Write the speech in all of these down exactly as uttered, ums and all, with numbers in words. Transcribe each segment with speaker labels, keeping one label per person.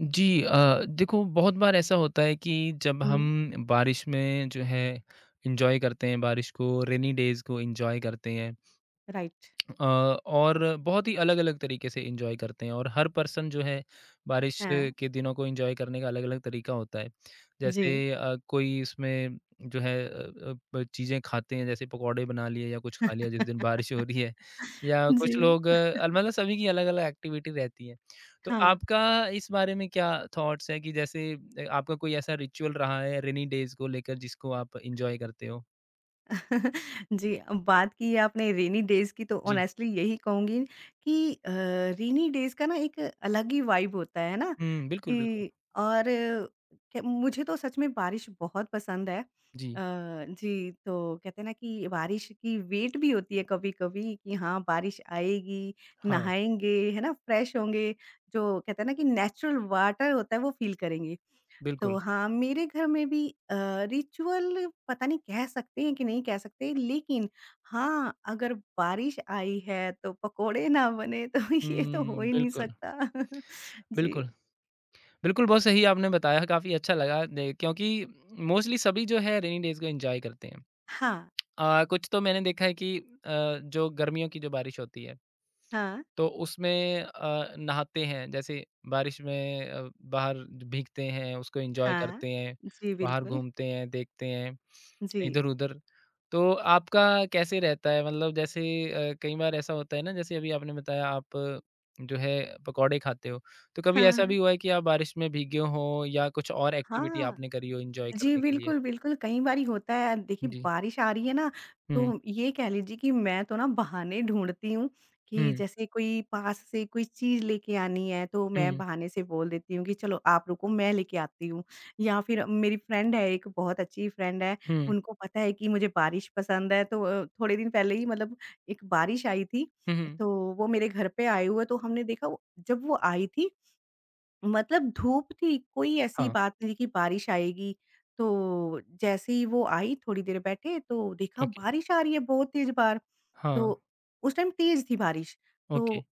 Speaker 1: जी अ, देखो बहुत बार ऐसा होता है कि जब
Speaker 2: हुँ,
Speaker 1: हम बारिश में जो है एंजॉय करते हैं बारिश को रेनी डेज़ को एंजॉय करते हैं
Speaker 2: राइट।
Speaker 1: अ, और बहुत ही अलग-अलग तरीके से एन्जॉय करते हैं और हर पर्सन जो है बारिश
Speaker 2: हैं,
Speaker 1: के दिनों को एन्जॉय करने का अलग-अलग तरीका होता है।
Speaker 2: जी,
Speaker 1: जैसे अ, कोई इसमें जो है अ अ, ब चीज़ें खाते हैं जैसे पकौड़े बना लिए या कुछ खा लिया जिस दिन बारिश हो रही है या कुछ
Speaker 2: जी।
Speaker 1: लोग अ, मतलब सभी की अलग-अलग एक्टिविटी रहती है। तो
Speaker 2: हाँ।
Speaker 1: आपका इस बारे में क्या थॉट्स है कि जैसे अ, आपका कोई ऐसा रिचुअल रहा है रेनी डेज़ को लेकर जिसको आप एन्जॉय करते हो?
Speaker 2: जी, अब बात की है आपने रेनी डेज़ की तो
Speaker 1: जी।
Speaker 2: ऑनेस्टली यही कहूँगी कि अ, रेनी डेज़ का ना एक अलग ही वाइब होता है ना?
Speaker 1: हुँ, बिल्कुल, बिल्कुल।
Speaker 2: कि और क मुझे तो सच में बारिश बहुत पसंद है। अ,
Speaker 1: जी,
Speaker 2: जी, तो कहते हैं ना कि बारिश की वेट भी होती है कभी-कभी कि हाँ, बारिश आएगी,
Speaker 1: हाँ,
Speaker 2: नहाएँगे, है ना? फ्रेश होंगे, जो कहते हैं ना कि नेचुरल वाटर होता है वो फ़ील करेंगे। तो
Speaker 1: बिल्कुल।
Speaker 2: हाँ, मेरे घर में भी अ, रिचुअल पता नहीं कह सकते हैं कि नहीं कह सकते, लेकिन हाँ, अगर बारिश आई है तो पकोड़े ना बने तो ये तो हो
Speaker 1: हुँ,
Speaker 2: ही नहीं
Speaker 1: बिल्कुल।
Speaker 2: सकता। जी।
Speaker 1: बिल्कुल, बिल्कुल बहुत सही आपने बताया, काफ़ी अच्छा लगा दे क्योंकि मोस्टली सभी जो है रेनी डेज़ को एन्जॉय करते हैं।
Speaker 2: हाँ,
Speaker 1: अ, कुछ तो मैंने देखा है कि अ, जो गर्मियों की जो बारिश होती है,
Speaker 2: हाँ,
Speaker 1: तो उसमें अ, नहाते हैं, जैसे बारिश में अ, बाहर भीगते हैं, उसको एन्जॉय
Speaker 2: हाँ।
Speaker 1: करते हैं,
Speaker 2: जी,
Speaker 1: बाहर
Speaker 2: बिल्कुल।
Speaker 1: घूमते हैं, देखते हैं,
Speaker 2: जी।
Speaker 1: इधर-उधर। तो आपका कैसे रहता है? मतलब जैसे अ, कई बार ऐसा होता है ना, जैसे अभी आपने बताया आप अ, जो है पकौड़े खाते हो, तो कभी
Speaker 2: हाँ,
Speaker 1: ऐसा
Speaker 2: हाँ।
Speaker 1: भी हुआ है कि आप बारिश में भीगे हों या कुछ और एक्टिविटी
Speaker 2: हाँ।
Speaker 1: आपने करी हो एन्जॉय
Speaker 2: जी,
Speaker 1: करने के लिए?
Speaker 2: बिल्कुल, बिल्कुल, कई बारी होता है। देखिए,
Speaker 1: जी।
Speaker 2: बारिश आ रही है ना,
Speaker 1: हुँ,
Speaker 2: तो ये कह लीजिए कि मैं तो ना बहाने ढूँढती हूँ कि
Speaker 1: हुँ,
Speaker 2: जैसे कोई पास से कोई चीज़ लेके आनी है, तो मैं
Speaker 1: हुँ,
Speaker 2: बहाने से बोल देती हूँ कि, "चलो, आप रुको, मैं लेके आती हूँ।" या फिर मेरी फ्रेंड है एक, बहुत अच्छी फ्रेंड है,
Speaker 1: हुँ,
Speaker 2: उनको पता है कि मुझे बारिश पसंद है, तो अ, थोड़े दिन पहले ही मतलब एक बारिश आई थी,
Speaker 1: हुँ, हुँ।
Speaker 2: तो वो मेरे घर पे आए हुए, तो हमने देखा, वो जब वो आई थी मतलब धूप थी, कोई ऐसी
Speaker 1: हाँ,
Speaker 2: बात नहीं थी कि बारिश आएगी, तो जैसे ही वो आई थोड़ी देर बैठे तो देखा
Speaker 1: ओके।
Speaker 2: बारिश आ रही है बहुत तेज़ बाहर,
Speaker 1: हाँ,
Speaker 2: तो उस टाइम तेज़ थी बारिश,
Speaker 1: ओके।
Speaker 2: तो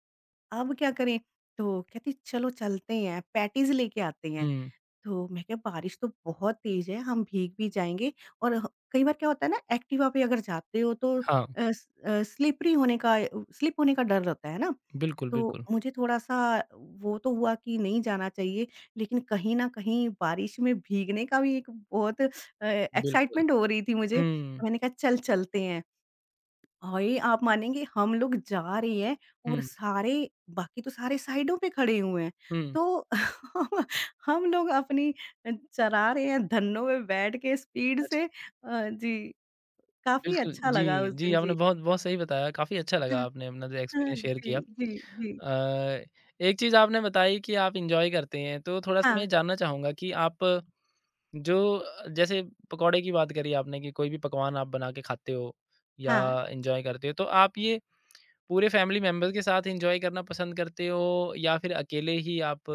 Speaker 2: अब क्या करें? तो कहती चलो चलते हैं पैटीज़ लेके आते हैं,
Speaker 1: हुँ,
Speaker 2: तो मैं क्या बारिश तो बहुत तेज़ है हम भीग भी जाएँगे और ह कई बार क्या होता है ना एक्टिवा पे अगर जाते हो तो अ,
Speaker 1: हाँ।
Speaker 2: स अ, स्लिपरी होने का अ, स्लिप होने का डर रहता है ना?
Speaker 1: बिल्कुल,
Speaker 2: तो
Speaker 1: बिल्कुल।
Speaker 2: मुझे थोड़ा-सा वो तो हुआ कि नहीं जाना चाहिए, लेकिन कहीं न कहीं बारिश में भीगने का भी एक बहुत अ,
Speaker 1: बिल्कुल।
Speaker 2: एक्साइटमेंट हो रही थी मुझे।
Speaker 1: हुँ,
Speaker 2: मैंने कहा चल चलते हैं। भाई आप मानेंगे हम लोग जा रहे हैं और
Speaker 1: हुँ,
Speaker 2: सारे बाकी तो सारे साइडों पे खड़े हुए हैं।
Speaker 1: हुँ।
Speaker 2: तो हम हम लोग अपनी अ, चला रहे हैं धन्नों में बैठ के स्पीड
Speaker 1: अच्छा,
Speaker 2: से। अ, जी, काफ़ी
Speaker 1: बिल्कुल।
Speaker 2: अच्छा
Speaker 1: जी,
Speaker 2: लगा उस
Speaker 1: जी,
Speaker 2: दिन जी।
Speaker 1: आपने बहुत बहुत सही बताया, काफ़ी अच्छा लगा
Speaker 2: हाँ,
Speaker 1: आपने अपना जो
Speaker 2: हाँ,
Speaker 1: एक्सपीरियंस शेयर किया।
Speaker 2: जी, जी, जी।
Speaker 1: अ, एक चीज़ आपने बताई कि आप एन्जॉय करते हैं, तो थोड़ा-सा मैं
Speaker 2: हाँ,
Speaker 1: ये जानना चाहूँगा कि आप जो जैसे पकौड़े की बात करी आपने कि कोई भी पकवान आप बना के खाते हो या
Speaker 2: हाँ।
Speaker 1: एन्जॉय करते हो, तो आप ये पूरे फैमिली मेंबर्स के साथ एन्जॉय करना पसंद करते हो या फिर अकेले ही आप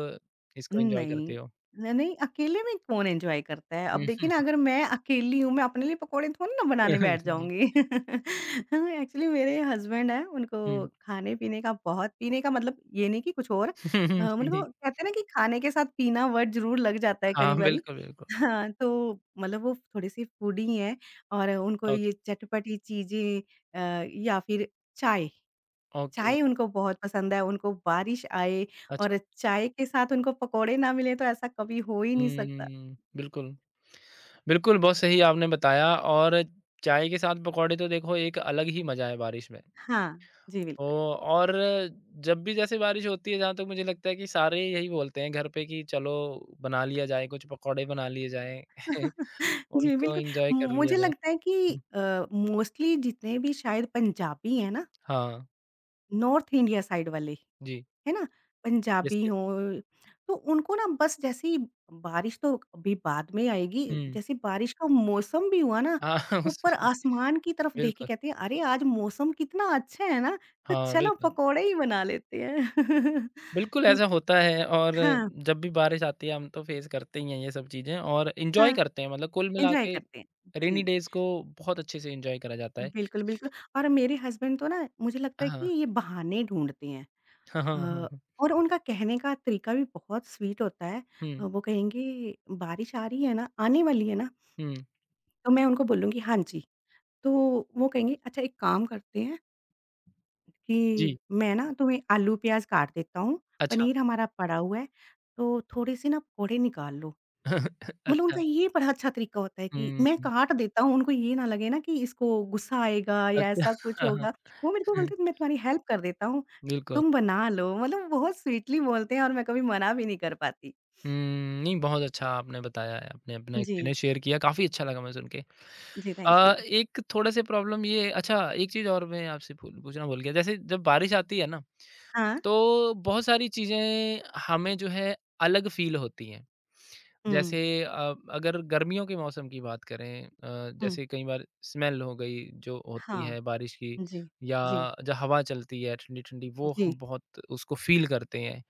Speaker 1: इसको एन्जॉय करते
Speaker 2: नहीं,
Speaker 1: हो?
Speaker 2: न नहीं अकेले में कौन एन्जॉय करता है? अब
Speaker 1: हुँ,
Speaker 2: देखिए
Speaker 1: हुँ,
Speaker 2: ना अगर मैं अकेली हूँ, मैं अपने लिए पकौड़े थोड़ी ना बनाने बैठ
Speaker 1: जी।
Speaker 2: जाऊँगी। हाँ, एक्चुअली मेरे हस्बैंड हैं, उनको
Speaker 1: हुँ।
Speaker 2: खाने-पीने का बहुत पीने का मतलब ये नहीं कि कुछ और अ, मतलब वो
Speaker 1: जी।
Speaker 2: कहते हैं ना कि खाने के साथ पीना वर्ड ज़रूर लग जाता है
Speaker 1: हाँ,
Speaker 2: कई बारी।
Speaker 1: बिल्कुल, बिल्कुल।
Speaker 2: हाँ, तो मतलब वो थोड़े-से फूडी हैं और उनको
Speaker 1: ओके,
Speaker 2: ये चटपटी चीज़ें अ, या फिर चाय
Speaker 1: ओके,
Speaker 2: चाय उनको बहुत पसंद है, उनको बारिश आए
Speaker 1: अच्छा।
Speaker 2: और चाय के साथ उनको पकौड़े ना मिले तो ऐसा कभी हो ही नहीं सकता।
Speaker 1: हुँ,
Speaker 2: जी।
Speaker 1: बिल्कुल। बिल्कुल, बहुत सही आपने बताया और चाय के साथ पकौड़े तो देखो एक अलग ही मज़ा है बारिश में।
Speaker 2: हाँ, जी
Speaker 1: ओ
Speaker 2: बिल्कुल।
Speaker 1: और जब भी जैसे बारिश होती है, जहाँ तक मुझे लगता है कि सारे यही बोलते हैं घर पे कि चलो बना लिया जाए, कुछ पकौड़े बना लिए जाएँ,
Speaker 2: जी
Speaker 1: उनको
Speaker 2: बिल्कुल,
Speaker 1: एन्जॉय कर लिया
Speaker 2: मुझे
Speaker 1: जाए।
Speaker 2: लगता है कि
Speaker 1: हुँ,
Speaker 2: अ, मोस्टली जितने भी शायद पंजाबी हैं ना,
Speaker 1: हाँ,
Speaker 2: नॉर्थ इंडिया साइड वाले
Speaker 1: जी।
Speaker 2: है ना?
Speaker 1: Yes,
Speaker 2: Punjabi
Speaker 1: yes.
Speaker 2: हों, तो उनको ना बस जैसे ही बारिश तो अभी बाद में आएगी,
Speaker 1: हुँ।
Speaker 2: जैसे बारिश का मौसम भी हुआ ना,
Speaker 1: हाँ,
Speaker 2: ऊपर
Speaker 1: उसमें
Speaker 2: आसमान की तरफ देख के
Speaker 1: बिल्कुल।
Speaker 2: कहते हैं, "अरे! आज मौसम कितना अच्छा है ना, तो
Speaker 1: हाँ,
Speaker 2: चलो
Speaker 1: बिल्कुल।
Speaker 2: पकोड़े ही बना लेते हैं।"
Speaker 1: बिल्कुल,
Speaker 2: हुँ,
Speaker 1: ऐसा होता है और
Speaker 2: हाँ,
Speaker 1: जब भी बारिश आती है हम तो फ़ेस करते ही हैं ये सब चीज़ें और एन्जॉय
Speaker 2: हाँ,
Speaker 1: करते हैं मतलब कुल मिला
Speaker 2: एन्जॉय
Speaker 1: के
Speaker 2: करते हैं। जी,
Speaker 1: रेनी डेज़ को बहुत अच्छे से एन्जॉय करा जाता है।
Speaker 2: बिल्कुल, बिल्कुल और मेरे हस्बैंड तो ना मुझे लगता है कि
Speaker 1: हाँ।
Speaker 2: ये बहाने ढूँढते हैं।
Speaker 1: हाँ, हाँ, हाँ,
Speaker 2: अ,
Speaker 1: हाँ।
Speaker 2: और उनका कहने का तरीका भी बहुत स्वीट होता है। अ,
Speaker 1: हुँ,
Speaker 2: वो कहेंगे, "बारिश आ रही है ना? आने वाली है ना?"
Speaker 1: हुँ।
Speaker 2: तो मैं उनको बोलूँगी, "हाँ जी।" तो वो कहेंगे, "अच्छा एक काम करते हैं कि
Speaker 1: जी,
Speaker 2: मैं ना तुम्हें आलू प्याज़ काट देता हूँ,
Speaker 1: अच्छा।
Speaker 2: पनीर हमारा पड़ा हुआ है, तो थोड़े से ना पकौड़े निकाल लो।" मतलब
Speaker 1: अच्छा।
Speaker 2: उनका ये बड़ा अच्छा तरीका होता है कि
Speaker 1: हुँ,
Speaker 2: मैं
Speaker 1: हुँ।
Speaker 2: काट देता हूँ, उनको ये ना लगे ना कि इसको गुस्सा आएगा या
Speaker 1: अच्छा
Speaker 2: ऐसा कुछ
Speaker 1: हाँ, हाँ।
Speaker 2: होगा। वो मेरे को
Speaker 1: हम्म,
Speaker 2: बोलते हैं, "मैं तुम्हारी हेल्प कर देता हूँ,
Speaker 1: बिल्कुल।
Speaker 2: तुम बना लो।" मतलब बहुत स्वीटली बोलते हैं और मैं कभी मना भी नहीं कर पाती।
Speaker 1: हुँ, नहीं बहुत अच्छा आपने बताया है, आपने अपना
Speaker 2: जी,
Speaker 1: एक्सपीरियंस शेयर किया, काफ़ी अच्छा लगा मुझे सुन के।
Speaker 2: जी, थैंक
Speaker 1: अ,
Speaker 2: यू।
Speaker 1: एक थोड़े-से प्रॉब्लम ये अच्छा एक चीज़ और मैं आपसे पूल पूछना भूल गया, जैसे जब बारिश आती है ना
Speaker 2: हाँ।
Speaker 1: तो बहुत सारी चीज़ें हमें जो है अलग फ़ील होती हैं।
Speaker 2: हुँ,
Speaker 1: जैसे अ, अगर गर्मियों के मौसम की बात करें अ,
Speaker 2: हुँ।
Speaker 1: जैसे कई बार स्मेल हो गई जो होती
Speaker 2: हाँ।
Speaker 1: है बारिश की
Speaker 2: जी,
Speaker 1: या
Speaker 2: जी,
Speaker 1: जो हवा चलती है ठंडी-ठंडी वो
Speaker 2: जी,
Speaker 1: हम बहुत उसको फ़ील करते हैं।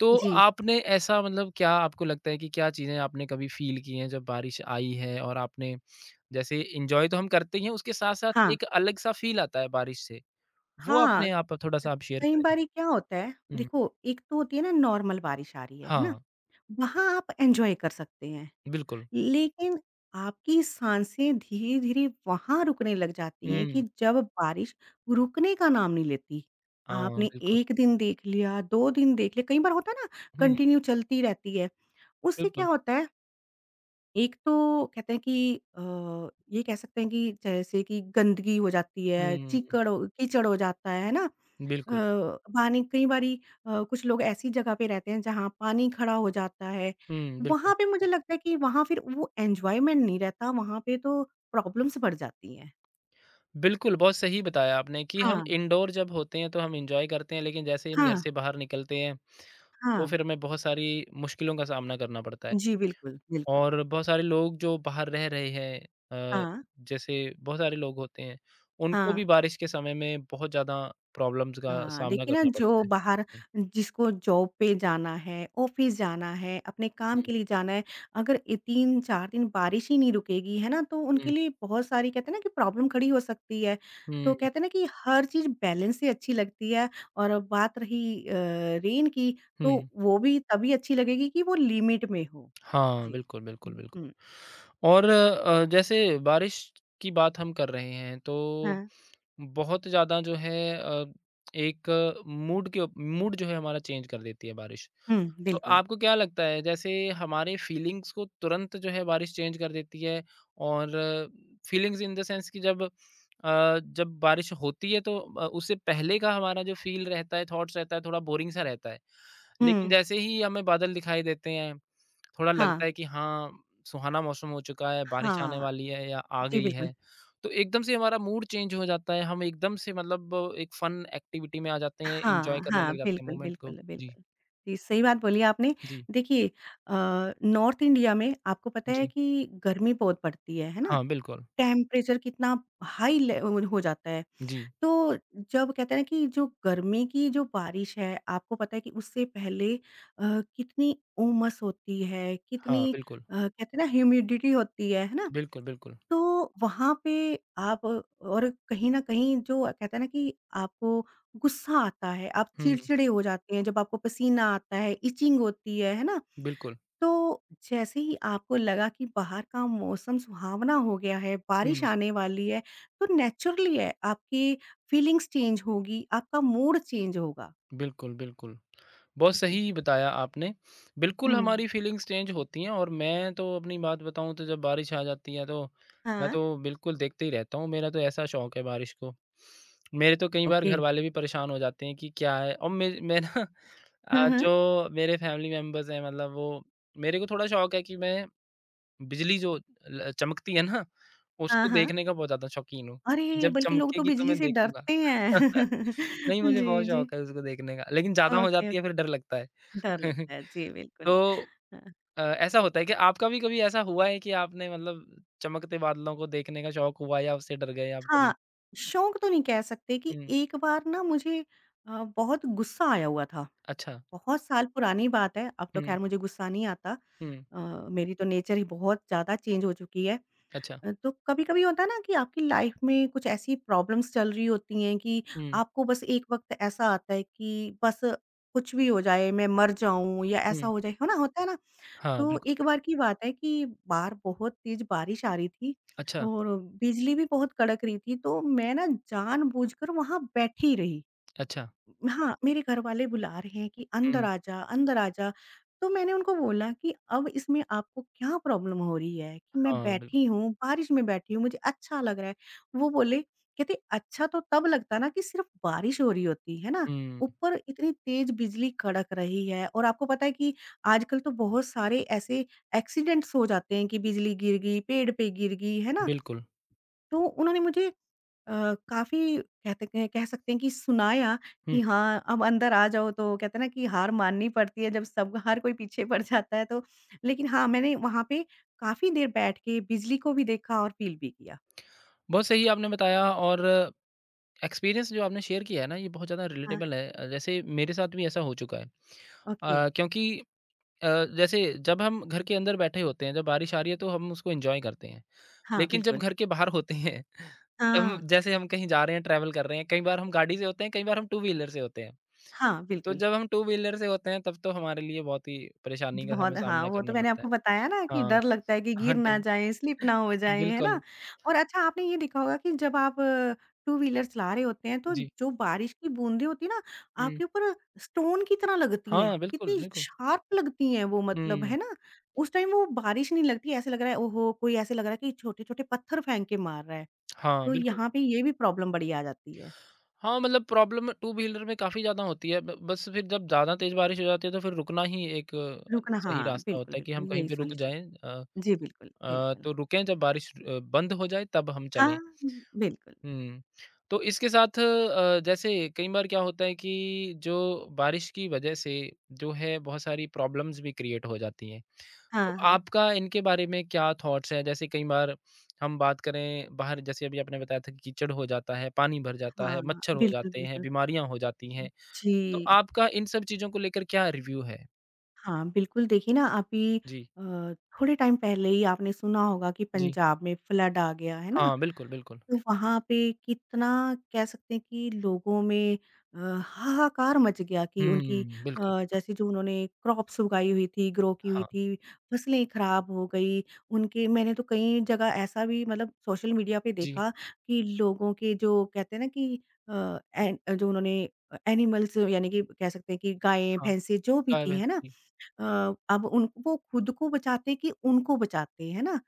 Speaker 1: तो
Speaker 2: जी।
Speaker 1: आपने ऐसा मतलब क्या आपको लगता है कि क्या चीज़ें आपने कभी फ़ील की हैं जब बारिश आई है और आपने जैसे एन्जॉय तो हम करते ही हैं उसके साथ-साथ
Speaker 2: हाँ,
Speaker 1: एक अलग-सा फ़ील आता है बारिश से। वो
Speaker 2: हाँ।
Speaker 1: अपने आप थोड़ा-सा आप शेयर
Speaker 2: कई
Speaker 1: करें?
Speaker 2: बारी क्या होता है,
Speaker 1: हुँ।
Speaker 2: देखो एक तो होती है ना नॉर्मल बारिश आ रही है, है ना?
Speaker 1: हाँ।
Speaker 2: वहाँ आप एन्जॉय कर सकते हैं।
Speaker 1: बिल्कुल।
Speaker 2: लेकिन आपकी साँसें धीरे-धीरे वहाँ रुकने लग जाती हैं कि
Speaker 1: हुँ।
Speaker 2: जब बारिश रुकने का नाम नहीं लेती।
Speaker 1: हाँ,
Speaker 2: आपने
Speaker 1: बिल्कुल।
Speaker 2: एक दिन देख लिया, दो दिन देख लिया, कई बार होता है ना
Speaker 1: हुँ,
Speaker 2: कंटिन्यू चलती रहती है। उससे क्या
Speaker 1: बिल्कुल।
Speaker 2: होता है एक तो कहते हैं कि अ, ये कह सकते हैं कि जैसे कि गंदगी हो जाती है,
Speaker 1: हुँ,
Speaker 2: चीकड़ हो कीचड़ हो जाता है, है ना? अ,
Speaker 1: बिल्कुल।
Speaker 2: पानी कई बारी अ, कुछ लोग ऐसी जगह पे रहते हैं जहाँ पानी खड़ा हो जाता है,
Speaker 1: हुँ, बिल्कुल।
Speaker 2: वहाँ पे मुझे लगता है कि वहाँ फिर वो एन्जॉयमेंट नहीं रहता, वहाँ पे तो प्रॉब्लम्स बढ़ जाती हैं।
Speaker 1: बिल्कुल, बहुत सही बताया आपने कि हम
Speaker 2: हाँ,
Speaker 1: इंडोर जब होते हैं तो हम एन्जॉय करते हैं, लेकिन जैसे ही हम घर
Speaker 2: हाँ,
Speaker 1: से बाहर निकलते हैं, तो
Speaker 2: हाँ।
Speaker 1: फिर हमें बहुत सारी मुश्किलों का सामना करना पड़ता है।
Speaker 2: जी, बिल्कुल, बिल्कुल।
Speaker 1: और बहुत सारे लोग जो बाहर रह रहे हैं अ,
Speaker 2: हाँ,
Speaker 1: जैसे बहुत सारे लोग होते हैं, उनको
Speaker 2: हाँ।
Speaker 1: भी बारिश के समय में बहुत ज़्यादा प्रॉब्लम्स का
Speaker 2: हाँ,
Speaker 1: सामना
Speaker 2: देखिए ना
Speaker 1: करना पड़ता
Speaker 2: जो
Speaker 1: है।
Speaker 2: बाहर
Speaker 1: हुँ,
Speaker 2: जिसको जॉब पे जाना है, ऑफ़िस जाना है, अपने काम
Speaker 1: हुँ,
Speaker 2: के लिए जाना है, अगर ये तीन चार दिन बारिश ही नहीं रुकेगी, है ना? तो उनके
Speaker 1: हुँ,
Speaker 2: लिए बहुत सारी कहते हैं ना कि प्रॉब्लम खड़ी हो सकती है। तो
Speaker 1: हुँ,
Speaker 2: कहते हैं ना कि हर चीज़ बैलेंस से अच्छी लगती है और अब बात रही अ, रेन की तो
Speaker 1: हुँ।
Speaker 2: वो भी तभी अच्छी लगेगी कि वो लिमिट में हो।
Speaker 1: हाँ,
Speaker 2: जी।
Speaker 1: बिल्कुल, बिल्कुल,
Speaker 2: हुँ,
Speaker 1: बिल्कुल।
Speaker 2: हुँ।
Speaker 1: और अ, जैसे बारिश की बात हम कर रहे हैं, तो
Speaker 2: हाँ।
Speaker 1: बहुत ज़्यादा जो है अ, एक मूड के उप मूड जो है हमारा चेंज कर देती है बारिश।
Speaker 2: हुँ,
Speaker 1: तो
Speaker 2: बिल्कुल।
Speaker 1: आपको क्या लगता है जैसे हमारे फीलिंग्स को तुरंत जो है बारिश चेंज कर देती है और फीलिंग्स इन द सेंस कि जब अ, जब बारिश होती है तो अ, उससे पहले का हमारा जो फ़ील रहता है, थॉट्स रहता है, थोड़ा बोरिंग सा रहता है। लेकिन
Speaker 2: हुँ।
Speaker 1: जैसे ही हमें बादल दिखाई देते हैं थोड़ा
Speaker 2: हाँ।
Speaker 1: लगता है कि हाँ, सुहाना मौसम हो चुका है, बारिश आने
Speaker 2: हाँ।
Speaker 1: वाली है या आ
Speaker 2: जी,
Speaker 1: गई
Speaker 2: बिल्कुल।
Speaker 1: है। तो एकदम से हमारा मूड चेंज हो जाता है, हम एकदम से मतलब एक फन एक्टिविटी में आ जाते हैं, एन्जॉय
Speaker 2: हाँ,
Speaker 1: करने
Speaker 2: हाँ,
Speaker 1: लग जाते हैं
Speaker 2: बिल्कुल,
Speaker 1: मोमेंट को।
Speaker 2: बिल्कुल,
Speaker 1: जी,
Speaker 2: बिल्कुल। जी, सही बात बोली आपने।
Speaker 1: जी,
Speaker 2: देखिए अ, नॉर्थ इंडिया में आपको पता है
Speaker 1: जी।
Speaker 2: कि गर्मी बहुत पड़ती है, है ना?
Speaker 1: हाँ, बिल्कुल।
Speaker 2: टेम्परेचर कितना हाई ले अ, हो जाता है।
Speaker 1: जी,
Speaker 2: तो जब कहते हैं ना कि जो गर्मी की जो बारिश है, आपको पता है कि उससे पहले अ, कितनी उमस होती है,
Speaker 1: हाँ,
Speaker 2: कितनी
Speaker 1: बिल्कुल।
Speaker 2: अ, कहते हैं ना ह्यूमिडिटी होती है, है ना?
Speaker 1: बिल्कुल, बिल्कुल।
Speaker 2: तो वहाँ पे आप और कहीं न कहीं जो कहते हैं ना कि आपको गुस्सा आता है, आप
Speaker 1: हुँ,
Speaker 2: चिड़चिड़े हो जाते हैं, जब आपको पसीना आता है, इचिंग होती है, है ना?
Speaker 1: बिल्कुल।
Speaker 2: तो जैसे ही आपको लगा कि बाहर का मौसम सुहावना हो गया है, बारिश
Speaker 1: हुँ,
Speaker 2: आने वाली है, तो नेचुरली है आपकी फीलिंग्स चेंज होगी, आपका मूड चेंज होगा।
Speaker 1: बिल्कुल, बिल्कुल। बहुत
Speaker 2: जी।
Speaker 1: सही बताया आपने। बिल्कुल,
Speaker 2: हुँ।
Speaker 1: हमारी फीलिंग्स चेंज होती हैं और मैं तो अपनी बात बताऊँ तो जब बारिश आ जाती है तो मैं
Speaker 2: हाँ।
Speaker 1: तो बिल्कुल देखते ही रहता हूँ। मेरा तो ऐसा शौक है बारिश को। मेरे तो कई बार
Speaker 2: ओके।
Speaker 1: घरवाले भी परेशान हो जाते हैं कि क्या है और मैं मैं ना
Speaker 2: हुँ,
Speaker 1: अ,
Speaker 2: हुँ।
Speaker 1: जो मेरे फैमिली मेंबर्स हैं मतलब वो मेरे को थोड़ा शौक है कि मैं बिजली जो ल चमकती है ना,
Speaker 2: हाँ,
Speaker 1: उसको
Speaker 2: हाँ।
Speaker 1: देखने का बहुत ज़्यादा शौकीन हूँ। कि
Speaker 2: अरे!
Speaker 1: जब
Speaker 2: बल्कि लोग तो
Speaker 1: चमकेगी तो
Speaker 2: बिजली
Speaker 1: मैं
Speaker 2: से
Speaker 1: देखूँगा।
Speaker 2: डरते हैं।
Speaker 1: नहीं, मुझे
Speaker 2: जी,
Speaker 1: बहुत
Speaker 2: जी।
Speaker 1: शौक है उसको देखने का, लेकिन ज़्यादा हो
Speaker 2: ओके,
Speaker 1: जाती है
Speaker 2: ओके।
Speaker 1: फिर डर लगता है।
Speaker 2: डर लगता है। जी, बिल्कुल।
Speaker 1: तो
Speaker 2: हाँ।
Speaker 1: अ, ऐसा होता है कि आपका भी कभी ऐसा हुआ है कि आपने मतलब चमकते बादलों को देखने का शौक हुआ या उससे डर गए आप कभी?
Speaker 2: हाँ, शौक तो नहीं कह सकते कि
Speaker 1: हुँ,
Speaker 2: एक बार ना मुझे अ, बहुत गुस्सा आया हुआ था।
Speaker 1: अच्छा।
Speaker 2: बहुत साल पुरानी बात है, अब तो
Speaker 1: हुँ,
Speaker 2: ख़ैर मुझे गुस्सा नहीं आता।
Speaker 1: हुँ,
Speaker 2: अ, मेरी तो नेचर ही बहुत ज़्यादा चेंज हो चुकी है।
Speaker 1: अच्छा।
Speaker 2: अ, तो कभी-कभी होता है ना कि आपकी लाइफ़ में कुछ ऐसी प्रॉब्लम्स चल रही होती हैं कि
Speaker 1: हुँ,
Speaker 2: आपको बस एक वक़्त ऐसा आता है कि बस कुछ भी हो जाए, मैं मर जाऊँ या ऐसा
Speaker 1: हुँ।
Speaker 2: हो जाए, है ना? होता है ना?
Speaker 1: हाँ,
Speaker 2: तो
Speaker 1: बिल्कुल।
Speaker 2: एक बार की बात है कि बाहर बहुत तेज बारिश आ रही थी
Speaker 1: अच्छा,
Speaker 2: और बिजली भी बहुत कड़क रही थी, तो मैं ना जानबूझकर वहाँ बैठी रही।
Speaker 1: अच्छा।
Speaker 2: हाँ, मेरे घरवाले बुला रहे हैं कि अंदर
Speaker 1: हुँ,
Speaker 2: आ जा, अंदर आ जा। तो मैंने उनको बोला कि अब इसमें आपको क्या प्रॉब्लम हो रही है कि मैं
Speaker 1: हाँ, बिल्कुल।
Speaker 2: बैठी हूँ, बारिश में बैठी हूँ, मुझे अच्छा लग रहा है। वो बोले कहते अच्छा तो तब लगता ना कि सिर्फ़ बारिश हो रही होती, है ना?
Speaker 1: हुँ,
Speaker 2: ऊपर इतनी तेज़ बिजली कड़क रही है और आपको पता है कि आजकल तो बहुत सारे ऐसे एक्सीडेंट्स हो जाते हैं कि बिजली गिर गई, पेड़ पे गिर गई, है ना?
Speaker 1: बिल्कुल।
Speaker 2: तो उन्होंने मुझे अ, काफ़ी कहते हैं कह सकते हैं कि सुनाया
Speaker 1: हुँ,
Speaker 2: कि हाँ, अब अंदर आ जाओ तो कहते हैं ना कि हार माननी पड़ती है जब सब हर कोई पीछे पड़ जाता है तो लेकिन हाँ, मैंने वहाँ पे काफ़ी देर बैठ के बिजली को भी देखा और फ़ील भी किया।
Speaker 1: बहुत सही आपने बताया और एक्सपीरियंस जो आपने शेयर किया है ना, ये बहुत ज़्यादा
Speaker 2: हाँ।
Speaker 1: रिलेटेबल है। अ, जैसे मेरे साथ भी ऐसा हो चुका है
Speaker 2: ओके,
Speaker 1: अ, क्योंकि अ, जैसे जब हम घर के अंदर बैठे होते हैं, जब बारिश आ रही है तो हम उसको एन्जॉय करते हैं।
Speaker 2: हाँ,
Speaker 1: लेकिन जब
Speaker 2: बिल्कुल।
Speaker 1: घर के बाहर होते हैं, तब
Speaker 2: हाँ।
Speaker 1: जैसे हम कहीं जा रहे हैं, ट्रैवल कर रहे हैं, कई बार हम गाड़ी से होते हैं, कई बार हम टू व्हीलर से होते हैं।
Speaker 2: हाँ,
Speaker 1: तो
Speaker 2: बिल्कुल।
Speaker 1: जब हम टू व्हीलर से होते हैं, तब तो हमारे लिए बहुत ही
Speaker 2: जी,
Speaker 1: परेशानी का हमें
Speaker 2: बहुत हाँ,
Speaker 1: सामना
Speaker 2: वो तो
Speaker 1: करना
Speaker 2: मैंने
Speaker 1: पड़ता है।
Speaker 2: आपको बताया ना कि
Speaker 1: हाँ,
Speaker 2: डर लगता है कि
Speaker 1: हाँ,
Speaker 2: गिर ना
Speaker 1: डन
Speaker 2: जाएँ, स्लिप ना हो जाएँ, है ना?
Speaker 1: बिल्कुल,
Speaker 2: और अच्छा आपने ये देखा होगा कि जब आप टू व्हीलर चला रहे होते हैं, तो
Speaker 1: जी।
Speaker 2: जो बारिश की बूंदें होती हैं ना,
Speaker 1: हुँ,
Speaker 2: आपके ऊपर स्टोन की तरह लगती हैं।
Speaker 1: हाँ, बिल्कुल,
Speaker 2: कितनी
Speaker 1: बिल्कुल।
Speaker 2: शार्प लगती हैं वो मतलब, है
Speaker 1: हुँ,
Speaker 2: ना? उस टाइम वो बारिश नहीं लगती, ऐसा लग रहा है, ओहो! कोई ऐसे लग रहा है कि छोटे-छोटे पत्थर फेंक के मार रहा है।
Speaker 1: हाँ,
Speaker 2: तो
Speaker 1: बिल्कुल।
Speaker 2: यहाँ पे ये भी प्रॉब्लम बड़ी आ जाती है।
Speaker 1: हाँ, मतलब प्रॉब्लम टू व्हीलर में काफ़ी ज़्यादा होती है। ब बस फिर जब ज़्यादा तेज़ बारिश हो जाती है, तो फिर रुकना ही एक अ,
Speaker 2: रुकना
Speaker 1: सही
Speaker 2: हाँ,
Speaker 1: रास्ता
Speaker 2: बिल्कुल,
Speaker 1: होता है कि
Speaker 2: बिल्कुल,
Speaker 1: हम कहीं
Speaker 2: यही
Speaker 1: पे रुक
Speaker 2: सॉल्यूशन।
Speaker 1: जाएँ। अ
Speaker 2: जी, बिल्कुल,
Speaker 1: अ,
Speaker 2: बिल्कुल।
Speaker 1: तो रुकें जब बारिश अ, बंद हो जाए, तब हम चलें।
Speaker 2: हाँ, बिल्कुल।
Speaker 1: हुँ। तो इसके साथ अ, जैसे कई बार क्या होता है कि जो बारिश की वजह से जो है बहुत सारी प्रॉब्लम्स भी क्रिएट हो जाती हैं। तो
Speaker 2: हाँ, हाँ।
Speaker 1: आपका इनके बारे में क्या थॉट्स हैं? जैसे कई बार हम बात करें बाहर जैसे अभी आपने बताया था कि कीचड़ हो जाता है, पानी भर जाता है,
Speaker 2: हाँ,
Speaker 1: मच्छर हो
Speaker 2: बिल्कुल,
Speaker 1: जाते हैं,
Speaker 2: बिल्कुल।
Speaker 1: बीमारियाँ हो जाती हैं। तो
Speaker 2: जी,
Speaker 1: आपका इन सब चीज़ों को लेकर क्या रिव्यू है?
Speaker 2: हाँ, बिल्कुल देखिए ना अभी
Speaker 1: जी,
Speaker 2: अ, थोड़े टाइम पहले ही आपने सुना होगा कि
Speaker 1: जी।
Speaker 2: पंजाब में फ्लड आ गया, है ना?
Speaker 1: हाँ, बिल्कुल, बिल्कुल।
Speaker 2: तो वहाँ पे कितना कह सकते हैं कि लोगों में अ, हाहाकार मच गया कि उनकी
Speaker 1: हुँ,
Speaker 2: अ,
Speaker 1: बिल्कुल।
Speaker 2: जैसे जो उन्होंने क्रॉप्स उगाई हुई थी, ग्रो की हुई
Speaker 1: हाँ,
Speaker 2: थी, फसलें ख़राब हो गई। उनके मैंने तो कई जगह ऐसा भी मतलब सोशल मीडिया पे
Speaker 1: जी,
Speaker 2: देखा कि लोगों के जो कहते हैं ना कि अ, एन जो उन्होंने अ, एनिमल्स यानी कि कह सकते हैं कि गायें,
Speaker 1: हाँ।
Speaker 2: भैंसे जो भी
Speaker 1: गाय
Speaker 2: थी, है
Speaker 1: भैंस
Speaker 2: ना? अ, अब उन वो खुद को बचाते कि उनको बचाते, है ना?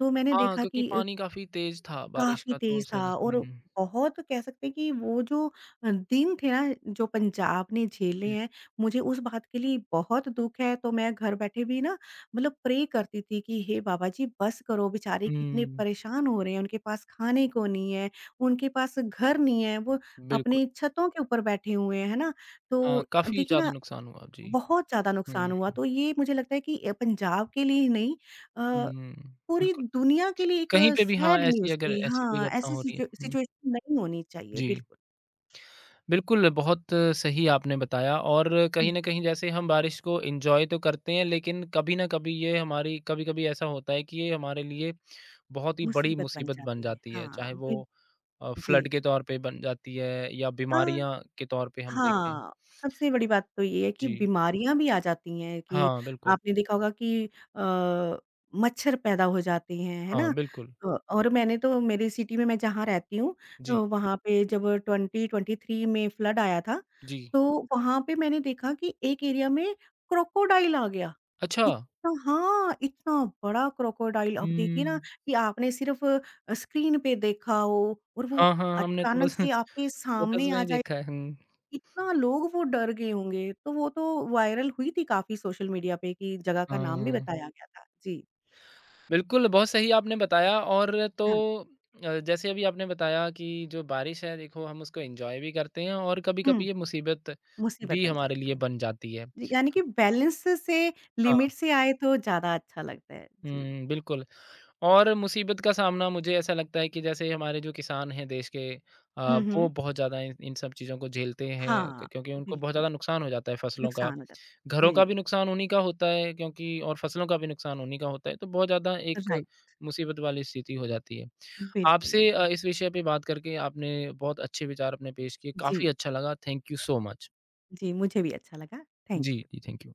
Speaker 2: तो मैंने
Speaker 1: हाँ,
Speaker 2: देखा
Speaker 1: क्योंकि
Speaker 2: कि
Speaker 1: पानी काफ़ी तेज़ था बारिश
Speaker 2: काफ़ी
Speaker 1: का तो
Speaker 2: तेज़
Speaker 1: उस वज़ह
Speaker 2: था
Speaker 1: से
Speaker 2: और
Speaker 1: हुँ,
Speaker 2: बहुत कह सकते हैं कि वो जो अ, दिन थे ना, जो पंजाब ने झेले
Speaker 1: हुँ,
Speaker 2: हैं, मुझे उस बात के लिए बहुत दुःख है। तो मैं घर बैठे भी ना मतलब प्रे करती थी कि हे बाबा जी बस करो, बेचारे कितने
Speaker 1: हुँ,
Speaker 2: परेशान हो रहे हैं, उनके पास खाने को नहीं है, उनके पास घर नहीं है, वो
Speaker 1: बिल्कुल।
Speaker 2: अपनी छतों के ऊपर बैठे हुए हैं, है ना? तो
Speaker 1: हाँ,
Speaker 2: अ,
Speaker 1: काफ़ी
Speaker 2: देखिए
Speaker 1: ज़्यादा
Speaker 2: ना
Speaker 1: नुकसान हुआ, जी।
Speaker 2: बहुत ज़्यादा
Speaker 1: हुँ,
Speaker 2: नुकसान हुआ।
Speaker 1: हुँ,
Speaker 2: तो ये मुझे लगता है कि अ, पंजाब के लिए ही नहीं अ
Speaker 1: हुँ,
Speaker 2: पूरी
Speaker 1: बिल्कुल।
Speaker 2: दुनिया के लिए एक
Speaker 1: कहीं पे भी हाँ,
Speaker 2: सैड
Speaker 1: ऐसी
Speaker 2: न्यूज़
Speaker 1: अगर
Speaker 2: थी
Speaker 1: ऐसी कोई
Speaker 2: हाँ,
Speaker 1: घटना
Speaker 2: ऐसी
Speaker 1: हो रही है
Speaker 2: सिचु
Speaker 1: हुँ,
Speaker 2: सिचुएशन नहीं होनी चाहिए
Speaker 1: जी।
Speaker 2: बिल्कुल।
Speaker 1: बिल्कुल, बहुत सही आपने बताया और
Speaker 2: हुँ।
Speaker 1: कहीं न कहीं जैसे हम बारिश को एन्जॉय तो करते हैं लेकिन कभी न कभी ये हमारी कभी-कभी ऐसा होता है कि ये हमारे लिए बहुत ही बड़ी
Speaker 2: मुसीबत बन
Speaker 1: मुसीबत बन
Speaker 2: जाती है।
Speaker 1: जाती है,
Speaker 2: हाँ,
Speaker 1: चाहे
Speaker 2: बिल
Speaker 1: वो अ,
Speaker 2: जी।
Speaker 1: फ्लड के तौर पे बन जाती है या
Speaker 2: हाँ।
Speaker 1: बीमारियाँ के तौर पे हम देखें।
Speaker 2: हाँ, सबसे बड़ी बात तो ये है कि
Speaker 1: जी।
Speaker 2: बीमारियाँ भी आ जाती हैं कि
Speaker 1: हाँ, बिल्कुल।
Speaker 2: आपने देखा होगा कि अ, मच्छर पैदा हो जाते हैं, है
Speaker 1: हाँ,
Speaker 2: ना?
Speaker 1: बिल्कुल।
Speaker 2: अ, और मैंने तो मेरी सिटी में मैं जहाँ रहती हूँ अ,
Speaker 1: जी,
Speaker 2: वहाँ पे जब ट्वेंटी ट्वेंटी थ्री में फ्लड आया था,
Speaker 1: जी।
Speaker 2: तो वहाँ पे मैंने देखा कि एक एरिया में क्रोकोडाइल आ गया।
Speaker 1: अच्छा!
Speaker 2: इतना हाँ, इतना बड़ा क्रोकोडाइल अब देखिए ना
Speaker 1: हुँ।
Speaker 2: कि आपने सिर्फ़ अ, स्क्रीन पे देखा हो और वो
Speaker 1: हाँ, हाँ, हमने तो
Speaker 2: अचानक
Speaker 1: बस
Speaker 2: से आपके
Speaker 1: फ़ोटोज़
Speaker 2: सामने
Speaker 1: में
Speaker 2: आ
Speaker 1: ही
Speaker 2: जाए
Speaker 1: देखा है। हुँ,
Speaker 2: इतना लोग वो डर गए होंगे, तो वो तो वायरल हुई थी काफ़ी सोशल मीडिया पे कि जगह का नाम भी
Speaker 1: हाँ।
Speaker 2: बताया गया था। जी,
Speaker 1: बिल्कुल, बहुत सही आपने बताया और तो
Speaker 2: हाँ।
Speaker 1: अ, जैसे अभी आपने बताया कि जो बारिश है देखो हम उसको एन्जॉय भी करते हैं और
Speaker 2: हुँ,
Speaker 1: कभी-कभी ये मुसीबत
Speaker 2: मुसीबत
Speaker 1: भी
Speaker 2: बन
Speaker 1: हमारे
Speaker 2: जाती
Speaker 1: लिए
Speaker 2: है।
Speaker 1: बन जाती है।
Speaker 2: जी, यानी कि बैलेंस से
Speaker 1: हाँ,
Speaker 2: लिमिट से आए तो ज़्यादा अच्छा लगता है। जी।
Speaker 1: हुँ, बिल्कुल। और मुसीबत का सामना मुझे ऐसा लगता है कि जैसे हमारे जो किसान हैं देश के अ,
Speaker 2: हुँ,
Speaker 1: वो
Speaker 2: हुँ।
Speaker 1: बहुत ज़्यादा इन इन सब चीज़ों को झेलते हैं
Speaker 2: हाँ,
Speaker 1: क क्योंकि उनको बहुत
Speaker 2: बिल्कुल,
Speaker 1: ज़्यादा नुकसान हो जाता है फसलों का।
Speaker 2: नुकसान हो जाता है।
Speaker 1: घरों का
Speaker 2: जी,
Speaker 1: भी नुकसान उन्हीं का होता है क्योंकि और फसलों का भी नुकसान उन्हीं का होता है, तो बहुत ज़्यादा एक
Speaker 2: राइट,
Speaker 1: मुसीबत वाली स्थिति हो जाती है।
Speaker 2: बिल्कुल,
Speaker 1: आपसे
Speaker 2: बिल्कुल।
Speaker 1: अ, इस विषय पे बात करके आपने बहुत अच्छे विचार अपने पेश किए,
Speaker 2: जी,
Speaker 1: काफ़ी अच्छा लगा। Thank you so much.
Speaker 2: जी, मुझे भी अच्छा लगा। थैंक
Speaker 1: जी,
Speaker 2: यू।
Speaker 1: जी, थैंक यू।